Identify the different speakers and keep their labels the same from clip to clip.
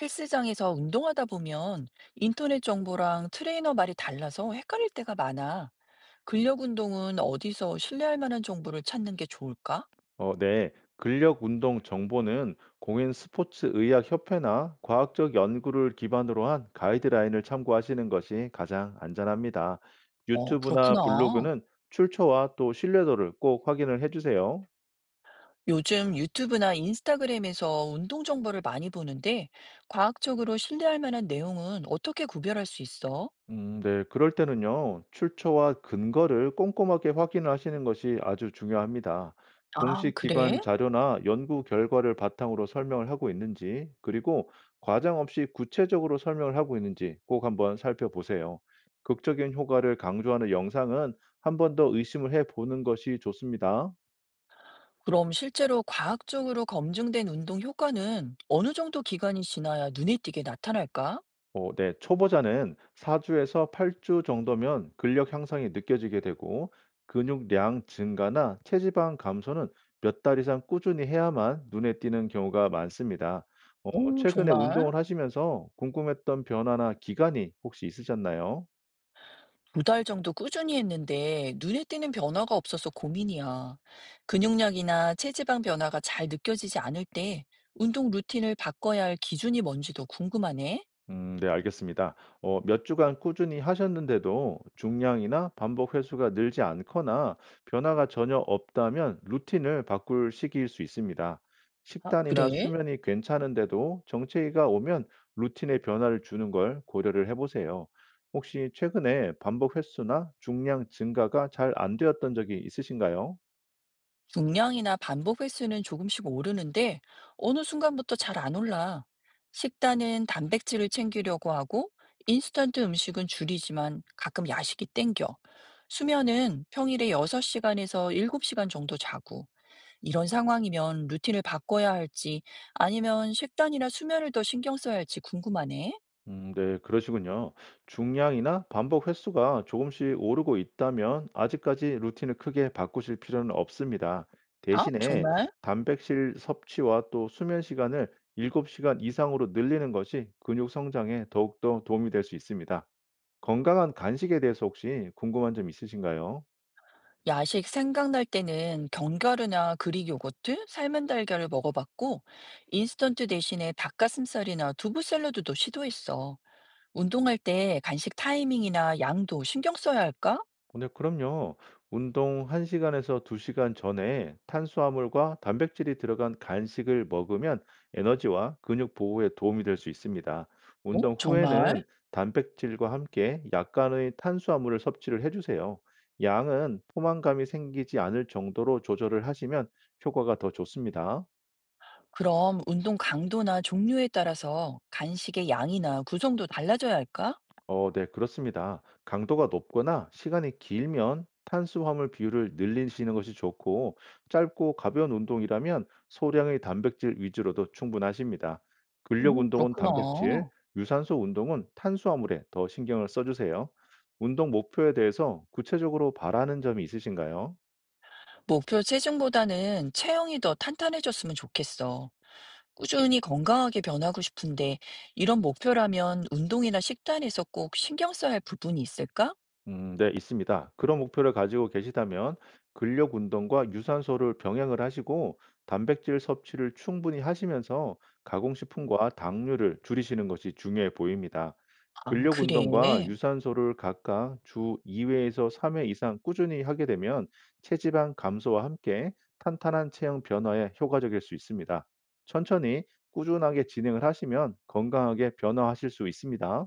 Speaker 1: 헬스장에서 운동하다 보면 인터넷 정보랑 트레이너 말이 달라서 헷갈릴 때가 많아. 근력 운동은 어디서 신뢰할 만한 정보를 찾는 게 좋을까?
Speaker 2: 네. 근력 운동 정보는 공인 스포츠 의학 협회나 과학적 연구를 기반으로 한 가이드라인을 참고하시는 것이 가장 안전합니다.
Speaker 1: 어,
Speaker 2: 유튜브나
Speaker 1: 그렇구나.
Speaker 2: 블로그는 출처와 또 신뢰도를 꼭 확인을 해주세요.
Speaker 1: 요즘 유튜브나 인스타그램에서 운동 정보를 많이 보는데 과학적으로 신뢰할 만한 내용은 어떻게 구별할 수 있어?
Speaker 2: 네. 그럴 때는요, 출처와 근거를 꼼꼼하게 확인하시는 것이 아주 중요합니다.
Speaker 1: 아,
Speaker 2: 공식
Speaker 1: 그래?
Speaker 2: 기관 자료나 연구 결과를 바탕으로 설명을 하고 있는지, 그리고 과장 없이 구체적으로 설명을 하고 있는지 꼭 한번 살펴보세요. 극적인 효과를 강조하는 영상은 한 번 더 의심을 해 보는 것이 좋습니다.
Speaker 1: 그럼 실제로 과학적으로 검증된 운동 효과는 어느 정도 기간이 지나야 눈에 띄게 나타날까?
Speaker 2: 네, 초보자는 4주에서 8주 정도면 근력 향상이 느껴지게 되고 근육량 증가나 체지방 감소는 몇 달 이상 꾸준히 해야만 눈에 띄는 경우가 많습니다. 어,
Speaker 1: 오,
Speaker 2: 최근에
Speaker 1: 정말.
Speaker 2: 운동을 하시면서 궁금했던 변화나 기간이 혹시 있으셨나요?
Speaker 1: 두 달 정도 꾸준히 했는데 눈에 띄는 변화가 없어서 고민이야. 근육량이나 체지방 변화가 잘 느껴지지 않을 때 운동 루틴을 바꿔야 할 기준이 뭔지도 궁금하네.
Speaker 2: 네, 알겠습니다. 몇 주간 꾸준히 하셨는데도 중량이나 반복 횟수가 늘지 않거나 변화가 전혀 없다면 루틴을 바꿀 시기일 수 있습니다.
Speaker 1: 아,
Speaker 2: 식단이나
Speaker 1: 그래?
Speaker 2: 수면이 괜찮은데도 정체기가 오면 루틴의 변화를 주는 걸 고려를 해보세요. 혹시 최근에 반복 횟수나 중량 증가가 잘 안 되었던 적이 있으신가요?
Speaker 1: 중량이나 반복 횟수는 조금씩 오르는데 어느 순간부터 잘 안 올라. 식단은 단백질을 챙기려고 하고 인스턴트 음식은 줄이지만 가끔 야식이 땡겨. 수면은 평일에 6시간에서 7시간 정도 자고 이런 상황이면 루틴을 바꿔야 할지 아니면 식단이나 수면을 더 신경 써야 할지 궁금하네.
Speaker 2: 네, 그러시군요. 중량이나 반복 횟수가 조금씩 오르고 있다면 아직까지 루틴을 크게 바꾸실 필요는 없습니다.
Speaker 1: 아,
Speaker 2: 대신에
Speaker 1: 정말?
Speaker 2: 단백질 섭취와 또 수면 시간을 7시간 이상으로 늘리는 것이 근육 성장에 더욱더 도움이 될 수 있습니다. 건강한 간식에 대해서 혹시 궁금한 점 있으신가요?
Speaker 1: 야식 생각날 때는 견과류나 그릭 요거트, 삶은 달걀을 먹어봤고, 인스턴트 대신에 닭가슴살이나 두부 샐러드도 시도했어. 운동할 때 간식 타이밍이나 양도 신경 써야 할까?
Speaker 2: 네, 그럼요. 운동 1시간에서 2시간 전에 탄수화물과 단백질이 들어간 간식을 먹으면 에너지와 근육 보호에 도움이 될 수 있습니다.
Speaker 1: 어,
Speaker 2: 운동
Speaker 1: 정말?
Speaker 2: 후에는 단백질과 함께 약간의 탄수화물을 섭취를 해주세요. 양은 포만감이 생기지 않을 정도로 조절을 하시면 효과가 더 좋습니다.
Speaker 1: 그럼 운동 강도나 종류에 따라서 간식의 양이나 구성도 달라져야 할까?
Speaker 2: 네, 그렇습니다. 강도가 높거나 시간이 길면 탄수화물 비율을 늘리시는 것이 좋고, 짧고 가벼운 운동이라면 소량의 단백질 위주로도 충분하십니다. 근력
Speaker 1: 오,
Speaker 2: 운동은
Speaker 1: 그렇구나.
Speaker 2: 단백질, 유산소 운동은 탄수화물에 더 신경을 써주세요. 운동 목표에 대해서 구체적으로 바라는 점이 있으신가요?
Speaker 1: 목표 체중보다는 체형이 더 탄탄해졌으면 좋겠어. 꾸준히 건강하게 변하고 싶은데, 이런 목표라면 운동이나 식단에서 꼭 신경 써야 할 부분이 있을까?
Speaker 2: 네, 있습니다. 그런 목표를 가지고 계시다면 근력 운동과 유산소를 병행을 하시고 단백질 섭취를 충분히 하시면서 가공식품과 당류를 줄이시는 것이 중요해 보입니다.
Speaker 1: 아,
Speaker 2: 근력
Speaker 1: 그래.
Speaker 2: 운동과 유산소를 각각 주 2회에서 3회 이상 꾸준히 하게 되면 체지방 감소와 함께 탄탄한 체형 변화에 효과적일 수 있습니다. 천천히 꾸준하게 진행을 하시면 건강하게 변화하실 수 있습니다.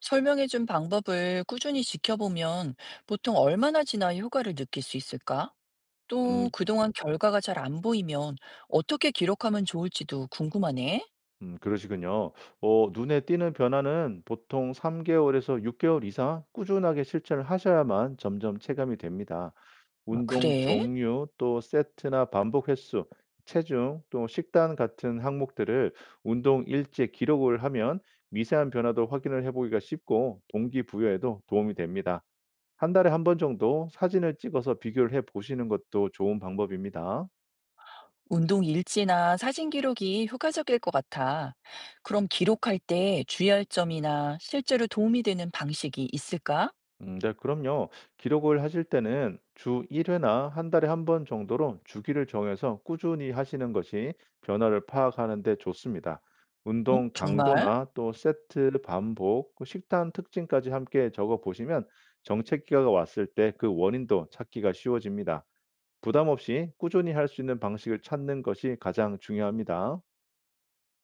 Speaker 1: 설명해준 방법을 꾸준히 지켜보면 보통 얼마나 지나 효과를 느낄 수 있을까?
Speaker 2: 음.
Speaker 1: 또 그동안 결과가 잘 안 보이면 어떻게 기록하면 좋을지도 궁금하네.
Speaker 2: 그러시군요. 눈에 띄는 변화는 보통 3 개월에서 6 개월 이상 꾸준하게 실천을 하셔야만 점점 체감이 됩니다.
Speaker 1: 아,
Speaker 2: 운동
Speaker 1: 그래.
Speaker 2: 종류, 또 세트나 반복 횟수, 체중, 또 식단 같은 항목들을 운동 일지에 기록을 하면 미세한 변화도 확인을 해 보기가 쉽고 동기부여에도 도움이 됩니다. 한 달에 한 번 정도 사진을 찍어서 비교를 해 보시는 것도 좋은 방법입니다.
Speaker 1: 운동 일지나 사진 기록이 효과적일 것 같아. 그럼 기록할 때 주의할 점이나 실제로 도움이 되는 방식이 있을까?
Speaker 2: 네, 그럼요. 기록을 하실 때는 주 1회나 한 달에 한 번 정도로 주기를 정해서 꾸준히 하시는 것이 변화를 파악하는 데 좋습니다.
Speaker 1: 어?
Speaker 2: 운동
Speaker 1: 정말?
Speaker 2: 강도나 또 세트 반복, 그 식단 특징까지 함께 적어 보시면 정체기가 왔을 때 그 원인도 찾기가 쉬워집니다. 부담 없이 꾸준히 할 수 있는 방식을 찾는 것이 가장 중요합니다.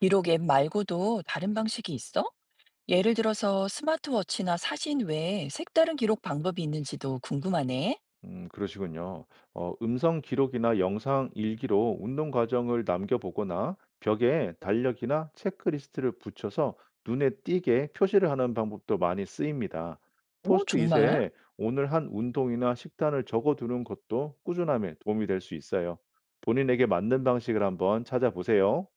Speaker 1: 기록 앱 말고도 다른 방식이 있어? 예를 들어서 스마트워치나 사진 외에 색다른 기록 방법이 있는지도 궁금하네.
Speaker 2: 그러시군요. 음성 기록이나 영상 일기로 운동 과정을 남겨 보거나 벽에 달력이나 체크리스트를 붙여서 눈에 띄게 표시를 하는 방법도 많이 쓰입니다.
Speaker 1: 오, 정말?
Speaker 2: 포스트잇에 오늘 한 운동이나 식단을 적어 두는 것도 꾸준함에 도움이 될 수 있어요. 본인에게 맞는 방식을 한번 찾아보세요.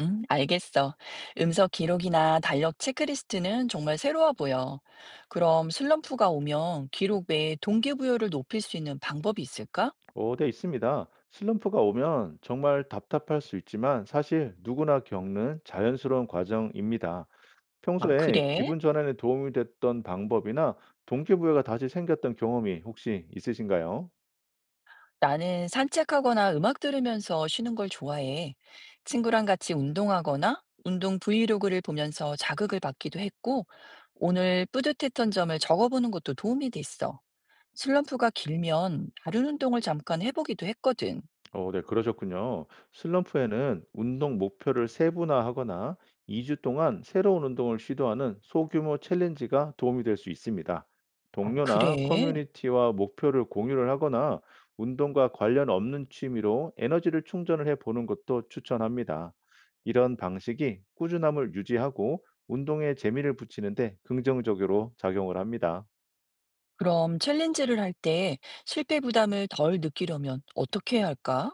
Speaker 1: 응, 알겠어. 음성 기록이나 달력 체크리스트는 정말 새로워 보여. 그럼 슬럼프가 오면 기록 외에 동기부여를 높일 수 있는 방법이 있을까?
Speaker 2: 네, 있습니다. 슬럼프가 오면 정말 답답할 수 있지만 사실 누구나 겪는 자연스러운 과정입니다.
Speaker 1: 아,
Speaker 2: 평소에
Speaker 1: 그래?
Speaker 2: 기분 전환에 도움이 됐던 방법이나 동기부여가 다시 생겼던 경험이 혹시 있으신가요?
Speaker 1: 나는 산책하거나 음악 들으면서 쉬는 걸 좋아해. 친구랑 같이 운동하거나 운동 브이로그를 보면서 자극을 받기도 했고, 오늘 뿌듯했던 점을 적어보는 것도 도움이 됐어. 슬럼프가 길면 다른 운동을 잠깐 해보기도 했거든.
Speaker 2: 네, 그러셨군요. 슬럼프에는 운동 목표를 세분화하거나 2주 동안 새로운 운동을 시도하는 소규모 챌린지가 도움이 될 수 있습니다.
Speaker 1: 아,
Speaker 2: 동료나
Speaker 1: 그래?
Speaker 2: 커뮤니티와 목표를 공유를 하거나 운동과 관련 없는 취미로 에너지를 충전을 해 보는 것도 추천합니다. 이런 방식이 꾸준함을 유지하고 운동에 재미를 붙이는데 긍정적으로 작용을 합니다.
Speaker 1: 그럼 챌린지를 할 때 실패 부담을 덜 느끼려면 어떻게 해야 할까?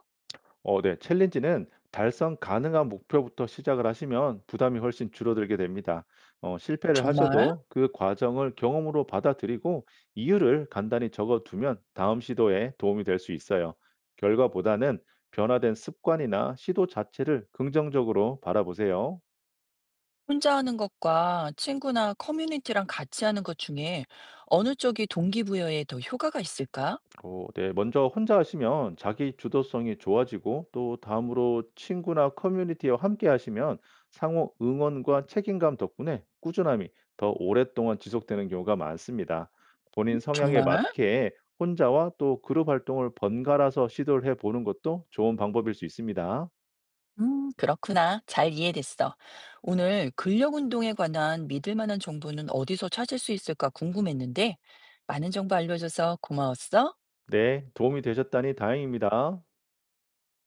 Speaker 2: 네. 챌린지는 달성 가능한 목표부터 시작을 하시면 부담이 훨씬 줄어들게 됩니다. 실패를
Speaker 1: 정말?
Speaker 2: 하셔도 그 과정을 경험으로 받아들이고 이유를 간단히 적어두면 다음 시도에 도움이 될 수 있어요. 결과보다는 변화된 습관이나 시도 자체를 긍정적으로 바라보세요.
Speaker 1: 혼자 하는 것과 친구나 커뮤니티랑 같이 하는 것 중에 어느 쪽이 동기부여에 더 효과가 있을까?
Speaker 2: 네. 먼저 혼자 하시면 자기 주도성이 좋아지고 또 다음으로 친구나 커뮤니티와 함께 하시면 상호 응원과 책임감 덕분에 꾸준함이 더 오랫동안 지속되는 경우가 많습니다. 본인 성향에
Speaker 1: 정말?
Speaker 2: 맞게 혼자와 또 그룹 활동을 번갈아서 시도를 해 보는 것도 좋은 방법일 수 있습니다.
Speaker 1: 그렇구나. 잘 이해됐어. 오늘 근력 운동에 관한 믿을 만한 정보는 어디서 찾을 수 있을까 궁금했는데, 많은 정보 알려줘서 고마웠어.
Speaker 2: 네. 도움이 되셨다니 다행입니다.